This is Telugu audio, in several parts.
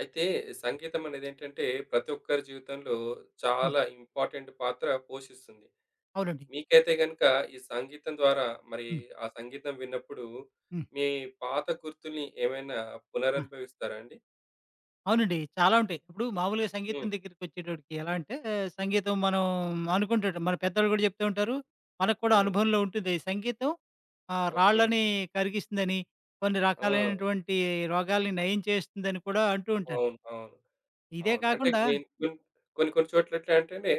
అయితే సంగీతం అనేదేంటంటే ప్రతి ఒక్కరి జీవితంలో హ్మ్. చాలా ఇంపార్టెంట్ పాత్ర పోషిస్తుంది. అవునండి. మీకైతే గనుక ఈ సంగీతం ద్వారా మరి హ్మ్. ఆ సంగీతం విన్నప్పుడు హ్మ్. మీ పాత గుర్తుల్ని ఏమైనా ఆ! పునరనుభవిస్తారా అండి? అవునండి. చాలా ఉంటాయి. ఇప్పుడు మామూలుగా హ్మ్. సంగీతం దగ్గరికొచ్చేటప్పటికి ఎలా అంటే సంగీతం మనం అనుకుంటుంటాం. మన పెద్దోళ్ళు గూడా చెప్తూ ఉంటారు. మనకు కూడా హ్మ్. అనుభవంలో ఉంటుంది. సంగీతం ఓకే. రాళ్ళని కరిగిస్తుందని, కొన్ని ఆ! రకాలైనటువంటి రోగాల్ని నయం చేస్తుందని కూడా అంటూ ఉంటారు. అవును. అవును. ఇదే అవును. అంటే కాకుండా నేను కొన్ కొన్ని కొన్ని చోట్ల ఎట్లా అంటేనే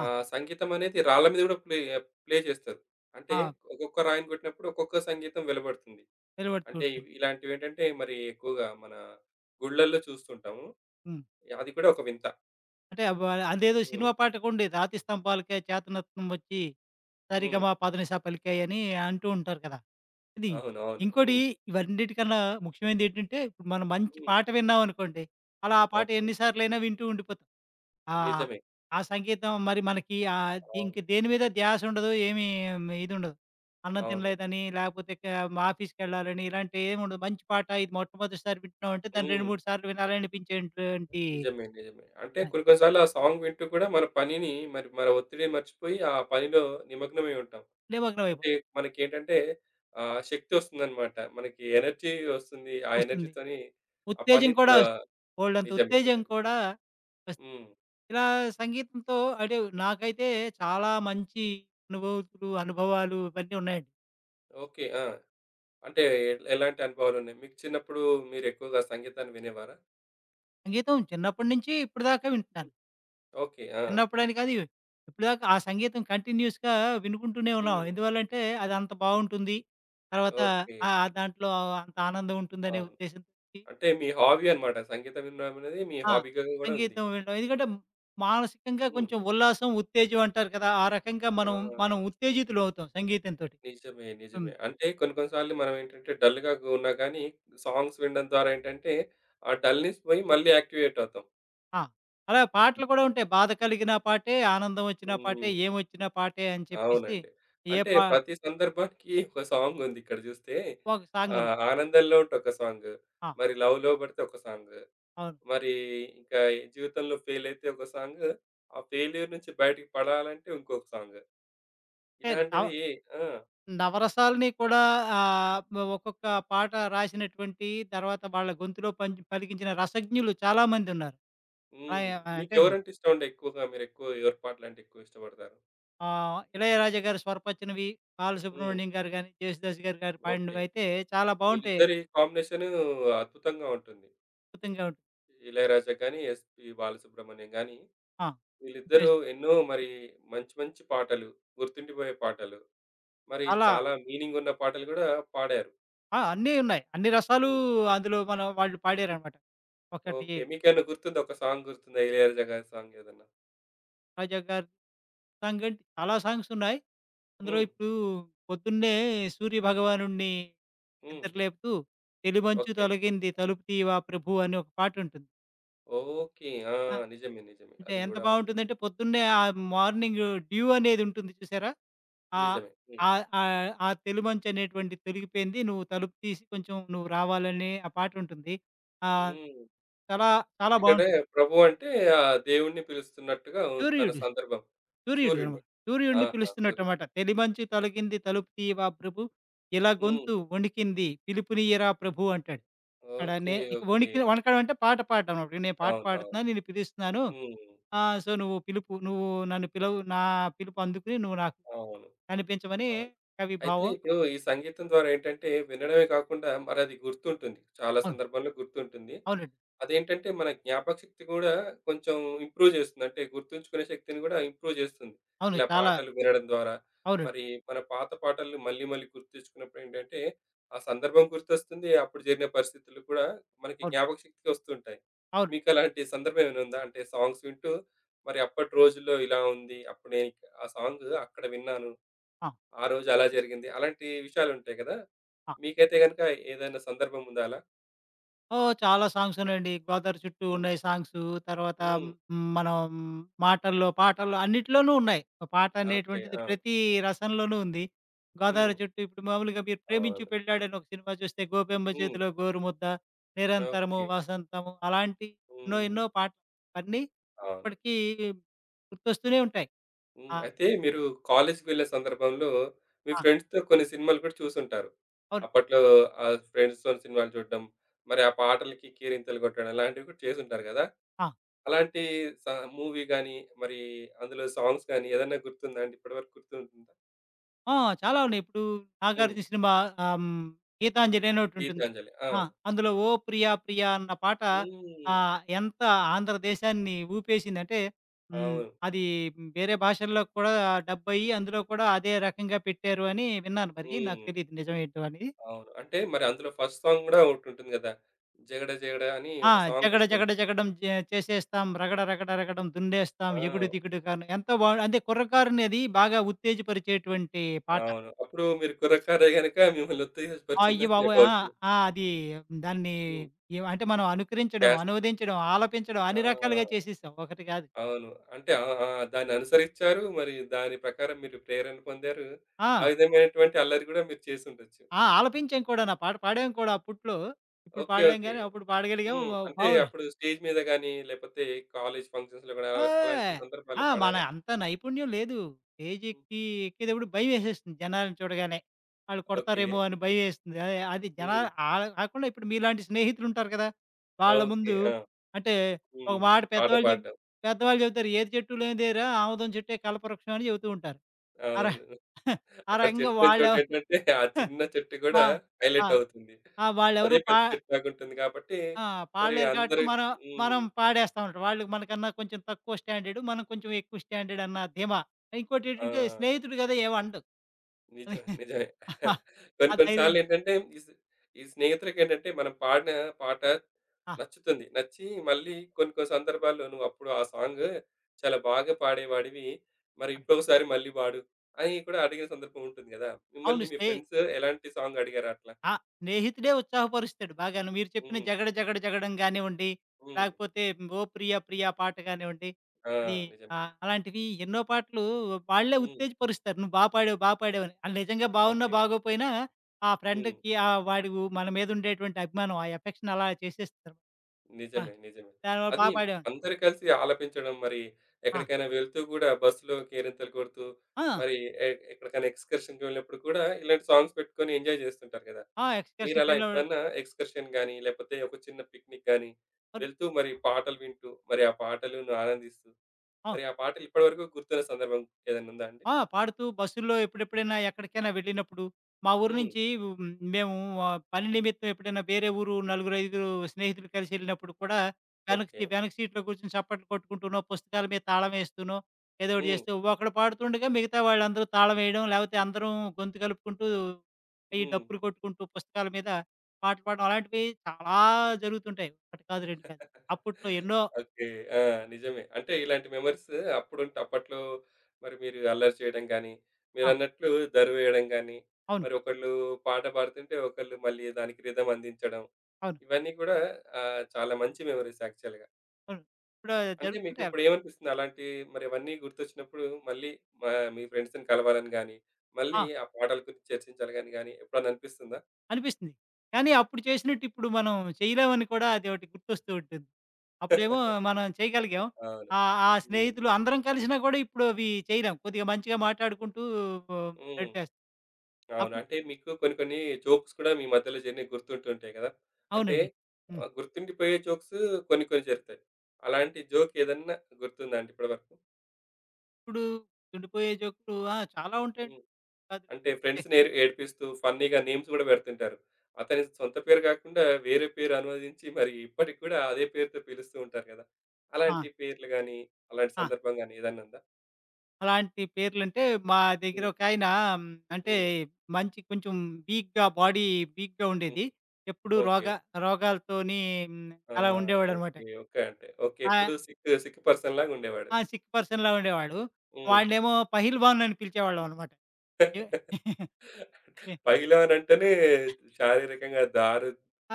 ఆ! ఆహ్, సంగీతం అనేది రాళ్ళ మీద గూడా ప్లే ప్లే చేస్తారు. అంటే ఆ! ఒక్కొక్క రాయిని కొట్టినప్పుడు ఒక్కొక్క సంగీతం వెలువడుతుంది. వెలువడుతూ అంటే ఇవి ఉంటుంది. ఇలాంటివేంటంటే మరి ఎక్కువగా మన గుళ్ళల్లో చూస్తుంటాము. హ్మ్. అది కూడా ఒక వింత. అంటే అబ్బ! అదేదో హ్మ్. సినిమా పాటకుండేది. రాతి స్తంభాలకై చేతనత్వం వచ్చి, హ్మ్. సరిగమ పదనిస పలికాయని అంటూ ఉంటారు కదా! ఇది అవునవును. ఇంకోటి హ్మ్. ఇవన్నిటికన్నా ముఖ్యమైనదేంటంటే, ఇప్పుడు మనం మంచి హ్మ్. పాట విన్నామనుకోండి, అలా ఆ పాట ఓకే. ఎన్ని సార్లైనా వింటూ ఉండిపోతాం. ఆహ్, నిజమే. ఆ సంగీతం మరి మనకి అవును. ఇంక దేని మీద ధ్యాసుండదు. ఏమీ ఇదుండదు. అన్నం అవును. తినలేదని, లేపోతే క ఆఫీస్‌కెళ్ళాలని ఇలాంటియేముండదు. మంచి పాట ఇది మొట్టమొదటిసారి వింటున్నామంటే, దాన్ని 2, హ్మ్. 3 సార్లు వినాలనిపించేటువంటి నిజమే. నిజమే. అంటే కొన్ని కొన్ని సార్లు ఆ సాంగ్ వింటూ కూడా మన పనిని మరి మన ఒత్తిడిని మర్చిపోయి ఆ పనిలో నిమగ్నమై ఉంటాం. అంటే నిమగ్నమైపోతాం. మనకేంటంటే ఆహ్, శక్తి వస్తుందన్నమాట. మనకి ఎనర్జీ వస్తుంది. ఆ వస్తుంది. ఎనర్జీతోని ఆ ఉత్తేజం పని. కూడా వస్తుంది. ఆహ్, బోలెడంత నిజమే. ఉత్తేజం నిజమే. కూడా వస్తుంది. హ్మ్. ఇలా సంగీతంతో అంటే నాకైతే చాలా మంచి అనుభూతులు, అనుభవాలు ఇవన్నీ ఉన్నాయండి. ఓకే. ఆ! అంటే ఎలాంటి అనుభవాలున్నాయి? మీకు చిన్నప్పుడు మీరెక్కువగా సంగీతాన్ని వినేవారా? సంగీతం చిన్నప్పటి నుంచి ఇప్పటిదాకా హ్మ్. వింటున్నాను. ఓకే. ఆ! చిన్నప్పుడని కాదు, ఇప్పటిదాకా ఆ సంగీతం కంటిన్యూయస్‌గా వినుకుంటూనే ఉన్నాం. హ్మ్. ఎందువల్లంటే అది అంత బావుంటుంది. తర్వాత ఓకే. ఆ దాంట్లో అంత ఆనందం ఉంటుందనే అవును. ఉద్దేశంతోటి అంటే మీ హాబీ అన్నమాట. సంగీతం వినడం అనేది మీ ఆ! హాబీగా గూడా ఉంది. సంగీతం వినడం. ఎందుకంటే మానసికంగా హ్మ్. కొంచెం ఉల్లాసం, ఉత్తేజం అంటారు కదా! ఆ రకంగా ఆ! మనం ఉత్తేజితులవుతాం సంగీతంతోటి. నిజమే. హ్మ్. నిజమే. అంటే కొన్ని కొన్ని సార్లు మనమేంటంటే డల్‌గా ఉన్నా గానీ సాంగ్స్ వినడం ద్వారా ఏంటంటే ఆ డల్‌నెస్ పోయి మళ్ళీ యాక్టివేట్ అవుతాం. ఆ! అలా హ్మ్. పాటలు కూడా ఉంటాయి. బాధ కలిగిన పాటే, ఆనందం వచ్చిన పాటే, హ్మ్. ఏమొచ్చినా పాటే అని చెప్పేసి అవునండి. ఏ అంటే పా ప్రతి సందర్భానికి ఒక సాంగుందిక్కడ చూస్తే. ఒక సాంగుంది. ఆహ్, 'ఆనందంలో' ఉంటే ఒక సాంగు, ఆ! మరి 'లవ్‌లో' పడితే ఒక సాంగు. అవును. మరి ఇంకా ఈ జీవితంలో ఫెయిల్ అయితే ఒక సాంగ్. ఆ ఫెయిల్యూర్ నుంచి బయటికి పడాలంటే ఇంకొక సాంగ్. అంటే నవ ఇలాంటివి. ఆ! నవరసాలని కూడా ఒక్కొక్క పాట రాసినటువంటి తర్వాత వాళ్ళ గొంతులో పంచి పలికించిన రసజ్ఞులు చాలామందున్నారు. హ్మ్. ఆయ అంటే మీకెవరంటే ఇష్టమండి ఎక్కువగా? మీరెక్కువ ఎవరి పాటలంటే ఎక్కువ ఇష్టపడతారు? ఆ! 'ఇళయరాజా' గారి స్వరపచ్చినవి, హ్మ్. బాలసుబ్రహ్మణ్యం గారు గాని, 'జేసుదాసు' గారు గారు ఓకే. పాడినవైతే చాలా బావుంటాయి. వీళ్ళిద్దరి కాంబినేషను అద్భుతంగా ఉంటుంది. అద్భుతంగా ఉంటుంది. 'ఇళయరాజా' గాని, ఎస్‌పి బాలసుబ్రహ్మణ్యం గాని ఆ! వీళ్ళిద్దరూ జేస్ ఎన్నో మరి మంచి మంచి పాటలు, గుర్తుండిపోయే పాటలు, మరి చాలా చాలా మీనింగ్ ఉన్న పాటలు గూడా పాడారు. ఆ! అన్నీ ఉన్నాయి. అన్ని రసాలు హ్మ్. అందులో మనం వాళ్ళు పాడారనమాట. ఒకటి ఓకే. మీకేమైనా గుర్తుందా? ఒక సాంగ్ గుర్తుందా 'ఇళయరాజా' గారి సాంగ్ ఏదన్నా? 'రాజా' గారి సాంగ్ అంటే చాలా సాంగ్స్ ఉన్నాయి. అందులో హ్మ్. ఇప్పుడు పొద్దున్నే 'సూర్య భగవానుడిని' హ్మ్. నిద్ర లేపుతూ 'తెలిమంచు ఓకే. తొలగింది తలుపు తీయవా ప్రభూ' అని ఒక పాటుంటుంది. ఓకే. ఆ! ఆ! నిజమే. నిజమే. అంటే అది ఎంత గూడా ఉంది. బావుంటుందంటే పొద్దున్నే ఆ మార్నింగ్ డ్యూ అనేది ఉంటుంది చూసారా? ఆ! నిజమే. హ్మ్. ఆ తెలుమంచనేటువంటిది తొలిగిపోయింది. నువ్వు తలుపు తీసి కొంచెం నువ్వు రావాలని ఆ పాటుంటుంది. ఆహ్, హ్మ్. చాలా అంటే చాలా ఇక్కడ బావుంటుంది. ప్రభు అంటే ఆ దేవుడిని పిలుస్తున్నట్టుగా ఉ తన సూర్యుడు, సందర్భం. సూర్యుడు సూర్యుడిని. అన్నమాట. సూర్యుడిని ఆహా! సూర్యుడు. పిలుస్తున్నట్టన్నమాట. "తెలిమంచు తొలగింది తలుపు తీయవా ప్రభు, ఇలా హ్మ్. గొంతు వణికింది పిలుపునియ్యరా ప్రభు" అంటాడు. అక్కడ ఓకే. నే ఇక ఓకే. వణికి వణకడం అంటే పాట పాడడం అన్నమాట. "నేను పాట అవునవును. పాడుతున్నాను, నిన్ను పిలుస్తున్నాను. హ్మ్. సో, నువ్వు పిలుపు నువ్వు నన్ను పిలవు నా పిలుపు అందుకుని నువ్వు నాకు అవును. కనిపించమని" అవును. కవి అయితే భావం. ఇప్పుడు ఈ సంగీతం ద్వారా ఏంటంటే వినడమే కాకుండా మరది గుర్తుంటుంది. చాలా అవును. సందర్భాల్లో గుర్తుంటుంది. అవునండి. అదేంటంటే మన జ్ఞాపకశక్తి గూడా కొంచెం ఇంప్రూవ్ జేస్తుంది. అంటే గుర్తుంచుకునే శక్తిని గూడా ఇంప్రూవ్ జేస్తుంది. అవును. ఇలా చాలా పాటలు వినడం ద్వారా. అవునండి. మరి మన పాత పాటలు మళ్ళీ మళ్ళీ గుర్తుంచుకున్నప్పుడేంటంటే, ఆ సందర్భం గుర్తొస్తుంది. అప్పుడు జరిగిన పరిస్థితులు కూడా మనకి అవును. జ్ఞాపకశక్తికి వస్తుంటాయి. అవును. మీకలాంటి సందర్భం ఏమైనా ఉందా? అంటే సాంగ్స్ వింటూ మరి అప్పటి రోజుల్లో ఇలా ఉంది. అప్పుడు నేను ఆ సాంగ్ అక్కడ విన్నాను. ఆ! ఆ రోజు అలా జరిగింది. అలాంటి విషయాలుంటాయి గదా! ఆ! మీకైతే గనుక ఏదైనా సందర్భం ఉందా అలా? ఓహ్! చాలా సాంగ్స్ ఉన్నాయండి. 'గోదావరి చుట్టూ' హ్మ్. ఉన్నాయి సాంగ్సు. తర్వాత హ్మ్. మనం మాటల్లో, పాటల్లో అన్నిట్లోనూ ఉన్నాయి. ఒక పాట ఓకే. అనేటువంటిది ఆ! ప్రతి రసంలోనూ ఉంది. హ్మ్. 'గోదావరి చుట్టూ' ఇప్పుడు మామూలుగా మీరు 'ప్రేమించు అవును. పెళ్ళాడని' ఒక సినిమా చూస్తే 'గోపెమ్మ హ్మ్. చేతిలో గోరుముద్ద', 'నిరంతరము ఓకే. వసంతము' అలాంటి ఎన్నో హ్మ్. ఎన్నో పాటలు అన్నీ అవును. ఇప్పటికీ గుర్తొస్తూనే ఉంటాయి. హ్మ్. ఆ! అయితే మీరు కాలేజ్‌కి వెళ్ళే సందర్భంలో మీ ఆ! ఫ్రెండ్స్‌తో కొన్ని సినిమాలు కూడా చూసుంటారు. అవును. అప్పట్లో ఆహ్, ఫ్రెండ్స్‌తోని సినిమాలు చూడడం, మరి ఆ పాటలకి కేరింతలు కొట్టడం అలాంటివి కూడా చేసుంటారు కదా! ఆ! అలాంటి స మూవీ గాని, మరి అందులో సాంగ్స్ గాని ఏదన్నా గుర్తుందా అండి? ఇప్పటివరకు గుర్తుంటుందా? ఆ! చాలా ఉన్నాయి. ఇప్పుడు హ్మ్. 'నాగార్జున' సినిమా ఆహ్, హ్మ్, 'గీతాంజలి' అని ఒకటుంటుంది. 'గీతాంజలి.' ఆ! ఆ! అందులో 'ఓ ప్రియా ప్రియా' అన్న పాట హ్మ్. ఎంత ఆంధ్రదేశాన్ని ఊపేసిందంటే హ్మ్, అవును. అది వేరే భాషల్లో కూడా డబ్బయ్యి అందులో కూడా అదే రకంగా పెట్టారు అని విన్నాను మరి. నాకు హ్మ్. తెలీదు నిజం ఏంటో అని. అవును. అంటే మరి అందులో ఫస్ట్ సాంగ్ కూడా ఒకటుంటుంది కదా! 'జగడ జగడ' అని ఆ! ఒక 'జగడ సాంగొస్తుంది. జగడ జగడం జే చేసేస్తాం రగడ రగడ రగడం దున్నేస్తాం ఆ! ఎగుడు దిగుడుగాను' ఎంతో బావుం అంటే కుర్రకారుని అది బాగా ఉత్తేజపరిచేటువంటి పాట. అవును. అప్పుడు మీరు కుర్రకారే గనక మిమ్మల్ని ఉత్తేజపరిచిందని అయ్యబాబోయ్! ఆ! చెప్పవచ్చు. ఆ! అది దాన్ని హ్మ్. ఏం అంటే మనం అనుకరించడం, క్యాసెట్‌లు. అనువదించడం, ఆలపించడం అన్ని రకాలుగా ఆ! చేసేసాం. ఒకటి కాదు. అవును. అంటే ఆ! ఆ! దాన్ననుసరించారు. మరి దాని ప్రకారం మీరు ప్రేరణ పొందారు. ఆ! ఆ విధమైనటువంటి అల్లరి గూడా మీరు చేసుండొచ్చు. ఆ! ఆలపించాం కూడా. నా పాట పాడాం కూడా అప్పట్లో. ఇప్పుడు ఓకే. పాడలేం ఓకే. గానీ అప్పుడు పాడగలిగాం. హ్మ్. వ అంటే బావు అప్పుడు స్టేజ్ మీద గాని, లేపోతే కాలేజ్ ఫంక్షన్స్‌లో గూడా అలాంటి ఏయ్! సందర్భాల్లో ఆ! మన పాడారా? అంత నైపుణ్యం లేదు. హ్మ్. స్టేజెక్కి ఎక్కేటప్పుడు భయమేసేస్తుంది జనాలను చూడగానే. ఆళ్ళు ఓకే. కొడతారేమో అని భయమేస్తుంది. అదే అది హ్మ్. జనాలు ఆళ్ళ కాకుండా ఇప్పుడు మీలాంటి స్నేహితులుంటారు కదా! వాళ్ళ ఓకే. ముందు ఆ! అంటే ఒక హ్మ్. మాట పాట పాడడం. పెద్దవాళ్ళు చెప్తారు. "ఏది చెట్టు లేనిదేరా ఆముదం చెట్టే కల్పవృక్షం" అని చెబుతూ ఉంటారు. ఆ ర అవును. ఆ అక్కడ రకంగా చెట్టు లేని వాళ్ళెవ చోటేంటంటే, ఆ చిన్న చెట్టు గూడా వా ఆ! హైలైట్ అవుతుంది. ఆ! వాళ్ళెవరు అదే పా పెద్ద చెట్టులాగుంటుంది కాబట్టి, ఆ! మరి పాడలేరు కాబట్టి అందరూ. మనం, హ్మ్. మనం పాడేస్తా ఉంటాం. వాళ్ళు మనకన్నా కొంచెం తక్కువ స్టాండర్డ్, మనం కొంచెం ఎక్కువ స్టాండర్డ్ అన్న ధీమా. ఆ! ఇంకోటేంటంటే స్నేహితుడు గదా! ఏమనడు. నిజమే. నిజమే. ఆ! కొన్ని ఆ కొన్ని ధైర్యం సార్లేంటంటే, ఈ స్నేహితులకేంటంటే, మనం పాడిన పాట ఆ! నచ్చుతుంది. నచ్చి మళ్ళీ కొన్ని కొన్ని సందర్భాల్లో నువ్వప్పుడు ఆ సాంగ్ చాలా బాగా పాడేవాడివి. మరి ఇంకొకసారి మళ్ళీ పాడు అని కూడా అడిగిన సందర్భం ఉంటుంది గదా! అవును. మిమ్మల్ని మీ స్నే ఫ్రెండ్స్ ఎలాంటి సాంగ్ అడిగారా అట్లా? ఆ! స్నేహితుడే ఉత్సాహపరుస్తాడు బాగాను. మీరు చెప్పిన హ్మ్. 'జగడ జగడ జగడం' గానివ్వండి, హ్మ్. లేకపోతే 'ఓ ప్రియ ప్రియ' పాట గానివ్వండి, ఆ! అది నిజమే. అలాంటివి ఎన్నో పాటలు వాళ్ళే హ్మ్. ఉత్తేజపరుస్తారు. "నువ్వు బా పాడావు, బా పాడావు" అని. ఆళ్ళు నిజంగా బాగున్నా, ఓకే. బాగోపోయినా ఆ హ్మ్. ఫ్రెండ్‌కి ఆహ్, వాడి ఉ మన మీద ఉండేటువంటి అభిమానం, ఆ ఎఫెక్షన్ అలా చేసేస్తారు. ఆ! నిజమే. నిజమే. దానివల్ల "బా అది పాడావు" అందరూ కలిసి ఆలపించడం మరి ఆ! ఎక్కడికైనా వెళ్తూ గూడా బస్సులో కేరింతలు కొడుతూ, ఆ! మరి ఎ ఎక్కడికైనా ఎక్స్‌కర్షన్‌కి వెళ్ళినప్పుడు కూడా ఇలాంటి సాంగ్స్ పెట్టుకొని ఎంజాయ్ చేస్తుంటారు గదా! ఆ! మీరలా ఎక్స్‌కర్షన్‌కెళ్ళినప్పుడు ఎప్పుడన్నా ఎక్స్‌కర్షన్ గాని, లేకపోతే ఒక చిన్న పిక్నిక్ గాని అవును. వెళ్తూ మరి పాటలు వింటూ, మరి ఆ పాటలను ఆనందిస్తూ, మరి ఆ పాటలు ఇప్పటి వరకు గుర్తున్న సందర్భం ఏదైనా ఉందా అండి? పాడుతూ బస్సుల్లో ఎప్పుడెప్పుడైనా ఎక్కడికైనా వెళ్ళినప్పుడు, మా ఊరు హ్మ్. నుంచి మేము పని నిమిత్తం ఎప్పుడైనా వేరే ఊరు నలుగురు, ఐదుగురు స్నేహితులు కలిసెళ్ళినప్పుడు కూడా ఓకే. వెనక సీట్‌లో కూర్చొని చప్పట్లు కొట్టుకుంటూనో, పుస్తకాల మీద తాళం వేస్తూనో, ఏదో ఒకటి హ్మ్. చేస్తూ ఒకడు పాడుతుండగా మిగతా వాళ్ళందరూ తాళం వేయడం, లేకపోతే అందరం గొంతు కలుపుకుంటూ, ఈ హ్మ్. డప్పులు కొట్టుకుంటూ పుస్తకాల మీద పాటలు పాడడం అలాంటివి చాలా జరుగుతుంటాయి. ఒకటి కాదు, రెండు కాదు. అప్పట్లో ఎన్నో ఓకే. ఆ! నిజమే. అంటే ఇలాంటి మెమోరీస్ అప్పుడుంటే అప్పట్లో మరి మీరు అల్లరి చేయడం గాని, ఆ! మీరన్నట్లు దరి వేయడం గాని, అవును. మరి ఒకళ్ళు పాట పాడుతుంటే ఒకళ్ళు మళ్ళీ దానికి రిథమ్ అందించడం. అవును. ఇవన్నీ కూడా ఆహ్, చాలా మంచి మెమోరీస్ యాక్చువల్‌గా. అవును. ఇప్పుడు అంటే జరుగుతుంటాయి. మీకిప్పుడు ఏమనిపిస్తుంది? అలాంటి మరి అవన్నీ గుర్తొచ్చినప్పుడు మళ్ళీ మీ ఫ్రెండ్స్‌ని కలవాలని గాని, ఆ! మళ్ళీ ఆ పాటల గురించి చర్చించాలని గాని గాని ఎప్పుడన్నా అనిపిస్తుందా? అనిపిస్తుంది. కానీ అప్పుడు చేసినట్టు ఇప్పుడు మనం చేయలేమని కూడా అదొకటి గుర్తొస్తూ ఉంటుంది. అప్పుడేమో మనం చేయగలిగాం. అవును. ఆ హ్మ్. స్నేహితులు అందరం కలిసినా కూడా ఇప్పుడు అవి చేయలేం. కొద్దిగా మంచిగా మాట్లాడుకుంటూ హ్మ్. గడిపేస్తాం. అవును. అప్పుడు అంటే మీకు కొన్ని కొన్ని జోక్స్ కూడా మీ మధ్యలో జరిగినయి గుర్తుంటుంటాయి గదా! అంటే అవునండి. హ్మ్. ఆహ్, గుర్తుండిపోయే జోక్స్ కొన్ని కొన్ని జరుగుతాయి. అలాంటి జోక్ ఏదన్నా గుర్తుందా అండి ఇప్పటివరకు? ఇప్పుడు ఉండిపోయే జోకులు చాలా ఉంటాయండి. హ్మ్. కాదు అంటే అంటే ఫ్రెండ్స్‌ని ఏడిపిస్తూ ఫన్నీగా నేమ్స్ గూడా పెడుతుంటారు. అతని సొంత పేరు గాకుండా వేరే పేరు అనువదించి మరి ఇప్పటికి కూడా అదే పేరుతో పిలుస్తూ ఉంటారు గదా! ఆ! అలాంటి పేర్లు గాని, అలాంటి ఆ! సందర్భం గాని ఏదన్నా ఉందా? అలాంటి పేర్లంటే మా దగ్గర హ్మ్. ఒకాయన హ్మ్, అంటే హ్మ్. మంచి కొంచెం వీక్‌గా బాడీ వీక్‌గా హ్మ్. ఉండేది. ఎప్పుడూ రోగ ఓకే. రోగాలతోని హ్మ్, ఆ! అలా ఉండేవాడనమాట. ఓకే. ఓకే. అంటే ఓకే. ఎప్పుడు ఆ సిక్ సిక్ పర్సన్ లాగా ఉండేవాడు. ఆ! సిక్ పర్సన్‌లా ఉండేవాడు. హ్మ్. వాడినేమో పహిల్వాన్ అని పిలిచేవాళ్ళమనమాట. ఎ ఎ పైల్వాన్ అంటేనే శారీరకంగా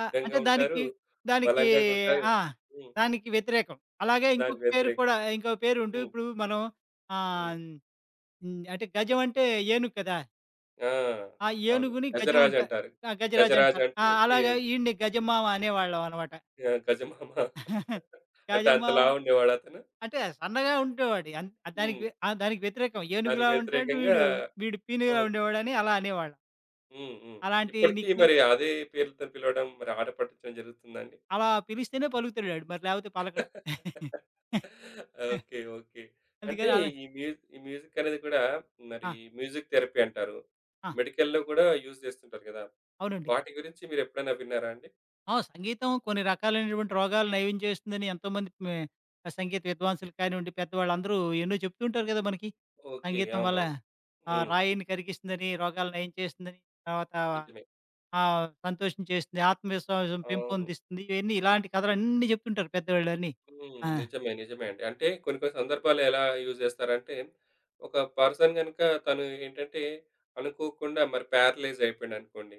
ఆహ్, అంటే ఉంటారు. దానికి, దానికి బలంగా ఉంటారు. ఆ! హ్మ్. దానికి వ్యతిరేకం. అలాగే దాని ఇంకొక పేరు వ్యతిరేకం. కూడా ఇంకో పేరుంటూ హ్మ్. ఇప్పుడు మనం హ్మ్. ఆహ్, అంటే గజం అంటే ఓకే. ఏనుగు కదా! ఆ! ఆ అవును. ఏనుగుని గజం గజరాజు అంటారు. అంటారు. ఆ! గజరాజు గజరాజు అంటారు. ఆ! అంటే అలాగా ఏంది? ఈడిని గజమామ అనేవాళ్ళమనమాట. ఆ! గజమామ అంటే అంత గజమామ లావు ఉండేవాడా అతను? అంటే సన్నగా ఉండేవాడు. దానికి హ్మ్. వ్య- ఆ! దానికి వ్యతిరేకం. దానికి ఏనుగులా ఉంటాడు వ్యతిరేకంగా. వీడు, వీడు పీనుగులా ఓకే. ఉండేవాడని అలా అనేవాళ్ళం. హ్మ్. హ్మ్. అలాంటి ఇప్పటికి నిక్‌నే మరి అదే పేర్లతో పిలవడం మరి ఆట పట్టించడం జరుగుతుందా అండి? అలా పిలిస్తేనే పలుకుతాడు ఆడు. మరి లేపోతే పలకడు. ఓకే. ఓకే. అంటే అందుకని అలా ఈ మ్యూ ఈ మ్యూజిక్ అనేది కూడా మరి ఆ! మ్యూజిక్ థెరపీ అంటారు. ఆ! మెడికల్‌లో కూడా యూజ్ చేస్తుంటారు కదా! అవునండి. వాటి గురించి మీరెప్పుడైనా విన్నారా అండి? సంగీతం కొన్ని రకాలైనటువంటి రోగాలు నయం చేస్తుందని ఎంతోమంది సంగీత విద్వాంసులు కానివ్వండి, పెద్దవాళ్ళందరూ ఎన్నో చెప్తూ ఉంటారు కదా! మనకి. ఓకే. సంగీతం వల్ల అవునవును. ఆ హ్మ్. రాయిని కరిగిస్తుందని, రోగాలు నయం చేస్తుందని, తర్వాత నిజమే. సంతోషం చేస్తుంది, ఆత్మవిశ్వాసం అవును. పెంపొందిస్తుంది. ఇవన్నీ ఇలాంటి కథలన్నీ చెప్తుంటారు పెద్దవాళ్ళన్నీ. హ్మ్. ఆ! నిజమే. నిజమే అండి. అంటే కొన్ని కొన్ని సందర్భాల్లో ఎలా యూజ్ చేస్తారంటే, ఒక పర్సన్ గనుక తను ఏంటంటే, అనుకోకుండా మరి ప్యారలైజ్ అయిపోయాడనుకోండి.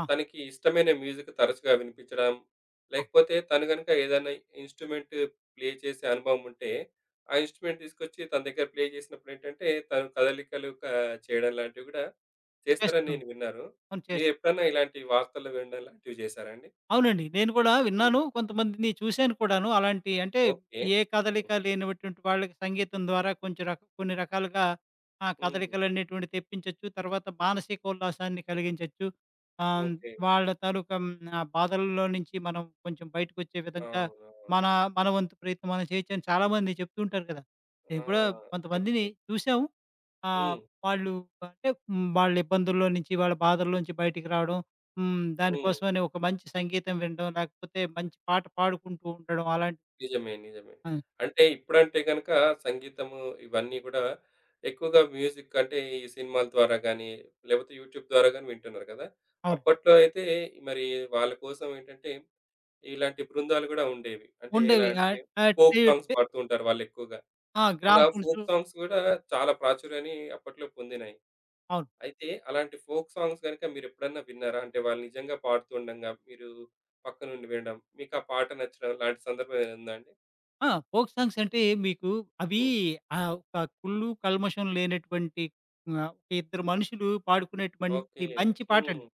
ఆ! తనకి ఇష్టమైన మ్యూజిక్ తరచుగా వినిపించడం, ఆ! లేకపోతే తను గనుక ఏదైనా ఇన్‌స్ట్రుమెంట్ ప్లే చేసే అనుభవం ఉంటే, ఆ ఇన్‌స్ట్రుమెంట్ తీసుకొచ్చి తన దగ్గర ప్లే చేసినప్పుడేంటంటే, తను కదలికలు చేయడం లాంటివి కూడా చేస్తారని చేస్తూ నేను విన్నాను. అవును. మీరెప్పుడన్నా ఇలాంటి వార్తల్లో వినడం లాంటివి చేశారా అండి? అవునండి. నేను కూడా విన్నాను. కొంతమందిని చూశాను కూడాను. అలాంటి అంటే ఓకే. ఏ హ్మ్. కదలిక లేనటువంటి వాళ్ళకి సంగీతం ద్వారా కొంచెం కొన్ని రకాలుగా ఆ హ్మ్. కదలికలనేటువంటివి తెప్పించొచ్చు. తర్వాత మానసిక ఉల్లాసాన్ని కలిగించొచ్చు. ఆహ్, హ్మ్. ఓకే. వాళ్ళ తాలూకా ఆ బాధల్లో నుంచి మనం కొంచెం బయటకొచ్చే విధంగా అవునవును. మన, మన వంతు ప్రయత్నం మనం చేయొచ్చని చాలామంది చెప్తూ ఉంటారు కదా! ఆ! నేను కూడా కొంతమందిని ఓకే. చూసాము. ఆ! హ్మ్. వాళ్ళు అంటే వాళ్ళ ఇబ్బందుల్లో నుంచి, వాళ్ళ బాధల్లో నుంచి బయటికి రావడం. హ్మ్. దానికోసమని ఒక మంచి సంగీతం వినడం, లేకపోతే మంచి పాట పాడుకుంటూ ఉండడం అలాంటి నిజమే. నిజమే. ఆ! అంటే ఇప్పుడంటే గనక సంగీతము ఇవన్నీ గూడా ఎక్కువగా మ్యూజిక్ అంటే ఈ సినిమాల ద్వారా గానీ, లేపోతే యూట్యూబ్ ద్వారా గానీ వింటున్నారు కదా! అవును. అప్పట్లో అయితే మరి వాళ్ళ కోసం ఏంటంటే ఇలాంటి బృందాలు గూడా ఉండేవి. అంటే ఎలా ఉండేవి. అంటే ఆహ్, ఆహ్, ఫోక్ టీ సాంగ్స్ టీ పాడుతూ ఉంటారు వాళ్ళెక్కువగా. ఆ! అలా ఫోక్ గ్రామ్‌ఫోన్సు సాంగ్స్ గూడా చాలా ప్రాచుర్యాన్ని అప్పట్లో పొందినాయి. అవును. అయితే అలాంటి ఫోక్ సాంగ్స్ గనుక మీరెప్పుడన్నా విన్నారా? అంటే వాళ్ళు నిజంగా పాడుతుండంగా మీరు పక్కనుండి వినడం, మీకా పాట నచ్చడం లాంటి సందర్భం ఏదైనా ఉందా అండి? ఫోక్ సాంగ్స్ అంటే మీకు అవి హ్మ్. ఒక కుళ్ళు, కల్మషం లేనటువంటి ఒక ఇద్దరు మనుషులు పాడుకునేటువంటి ఓకే. మంచి హ్మ్. పాటండి.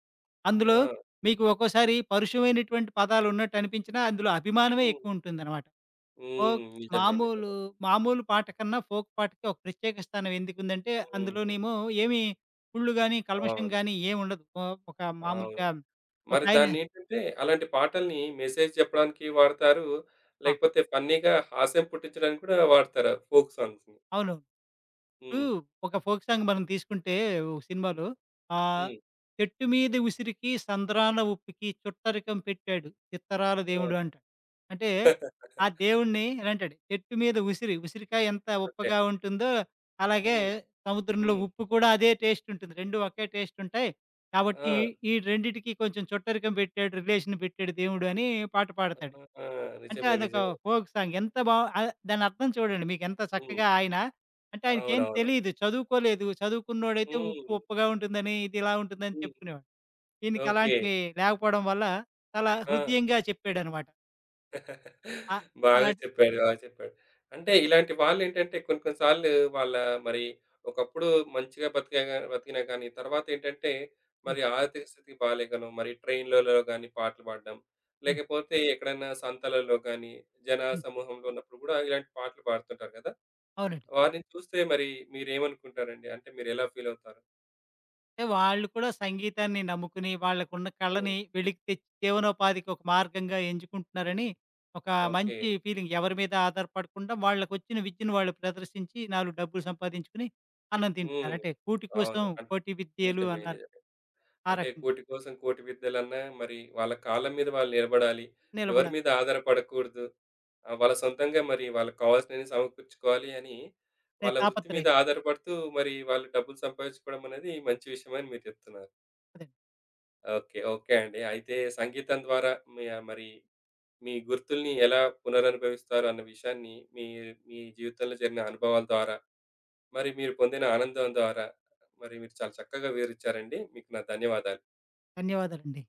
అందులో ఆ! మీకు ఒక్కోసారి పరుషమైనటువంటి పదాలున్నట్టు అనిపించినా, అందులో అభిమానమే హ్మ్. ఎక్కువుంటుందనమాట. హ్మ్. ఫోక్ నిజమే. మామూలు, నిజమే. మామూలు పాట కన్నా ఫోక్ పాటకి ఒక ప్రత్యేక స్థానం ఎందుకుందంటే, హ్మ్. అందులోనేమో ఏమి కుళ్ళు గాని, కల్మషం అవును. గాని ఏముండదు. ఓ ఒక అవును. మామూలుగా మరి ఒకాయన దాన్నేంటంటే అలాంటి పాటల్ని మెసేజ్ చెప్పడానికి వాడతారు. ఆ! లేకపోతే ఫన్నీగా హాస్యం పుట్టించడానికి కూడా వాడతారు ఫోక్ సాంగ్స్‌ని. అవును. ఇప్పుడు హ్మ్. ఒక ఫోక్ సాంగ్ మనం తీసుకుంటే ఒక సినిమాలో ఆహ్, హ్మ్. "చెట్టు మీద ఉసిరికి సంద్రాన ఉప్పికి చుట్టరికం పెట్టాడు చిత్తరాల ఆ! దేవుడు" అంటాడు. అంటే ఆ దేవుడిని ఇలా అంటాడు, "చెట్టు మీద ఉసిరి, ఉసిరికాయ ఎంత అంతే. ఉప్పగా ఉంటుందో అలాగే హ్మ్. సముద్రంలో హ్మ్. ఉప్పు కూడా అదే టేస్ట్ ఉంటుంది. 2 ఒకే టేస్ట్ ఉంటాయి. ఆ! కాబట్టి ఈ రెండిటికి కొంచెం చుట్టరికం పెట్టాడు, రిలేషన్ పెట్టాడు దేవుడు" అని పాట పాడతాడు. ఆ! ఆ, అంటే నిజమే. అదొక నిజమే. Folk song. ఎంత బా ఆహ్, దానర్థం చూడండి మీకెంత హ్మ్. చక్కగా ఆయన అంటే ఆయనకేం అవునవును. తెలీదు. చదువుకోలేదు. చదువుకున్నోడైతే ఉప్పు హ్మ్. ఉప్పగా ఉంటుందని, ఇదిలా ఉంటుందని హ్మ్. చెప్పుకునేవాడు. ఈయనకి ఓకే. అలాంటివి లేకపోవడం వల్ల చాలా ఆ! హృద్యంగా చెప్పాడనమాట. ఆహ్, బాగా అలాంటి చెప్పాడు. బాగా చెప్పాడు. అంటే ఇలాంటి వాళ్ళేంటంటే కొన్ని కొన్ని సార్లు వాళ్ళ మరి ఒకప్పుడు మంచిగా బతికినా గానీ తర్వాతేంటంటే హ్మ్. మరి ఆర్థిక స్థితి బాలేకనో మరి ట్రైన్‌లలో గానీ పాటలు పాడడం, హ్మ్. లేకపోతే ఎక్కడైనా సంతలలో గానీ, జన హ్మ్. సమూహంలో ఉన్నప్పుడు గూడా ఇలాంటి పాటలు పాడుతుంటారు గదా! అవునండి. వారిని చూస్తే మరి మీరేమనుకుంటారండి? అంటే మీరెలా ఫీలవుతారు? అంటే వాళ్ళు కూడా సంగీతాన్ని నమ్ముకుని, వాళ్ళకున్న హ్మ్. కళని వెలికి తెచ్చి జీవనోపాధికి ఒక మార్గంగా ఎంచుకుంటున్నారని, ఒక ఓకే. మంచి ఫీలింగ్. ఎవరి మీద ఆధారపడకుండా వాళ్ళకొచ్చిన విద్యను వాళ్ళు ప్రదర్శించి, 4 డబ్బులు సంపాదించుకుని అన్నం హ్మ్. తింటున్నారు. అంటే కూటి కోసం అవును. కోటి విద్యలు నిజమే. అన్నారు. నిజమే. ఆ అంటే రకంగా కూటి కోసం కోటి విద్యలన్నా మరి వాళ్ళ కాళ్ళ మీద వాళ్ళు నిలబడాలి. ఎవరి నిలబడాలి. మీద ఆధారపడకూడదు. ఆహ్, వాళ్ళ సొంతంగా మరి వాళ్ళకి కావాల్సినవి సమకూర్చుకోవాలి అని అనే వాళ్ళ వృత్తి మీద తాపత్రయం. ఆధారపడుతూ మరి వాళ్ళు డబ్బులు సంపాదించుకోవడం అనేది మంచి విషయమని మీరు చెప్తున్నారు. అదే. ఓకే. ఓకే అండి. అయితే సంగీతం ద్వారా మీ ఆహ్, మరి మీ గుర్తుల్ని ఎలా పునరనుభవిస్తారు అన్న విషయాన్ని మీ మీ జీవితంలో జరిగిన అనుభవాల ద్వారా, మరి మీరు పొందిన ఆనందం ద్వారా మరి మీరు చాలా చక్కగా వివరించారండి. మీకు నా ధన్యవాదాలు. ధన్యవాదాలండి.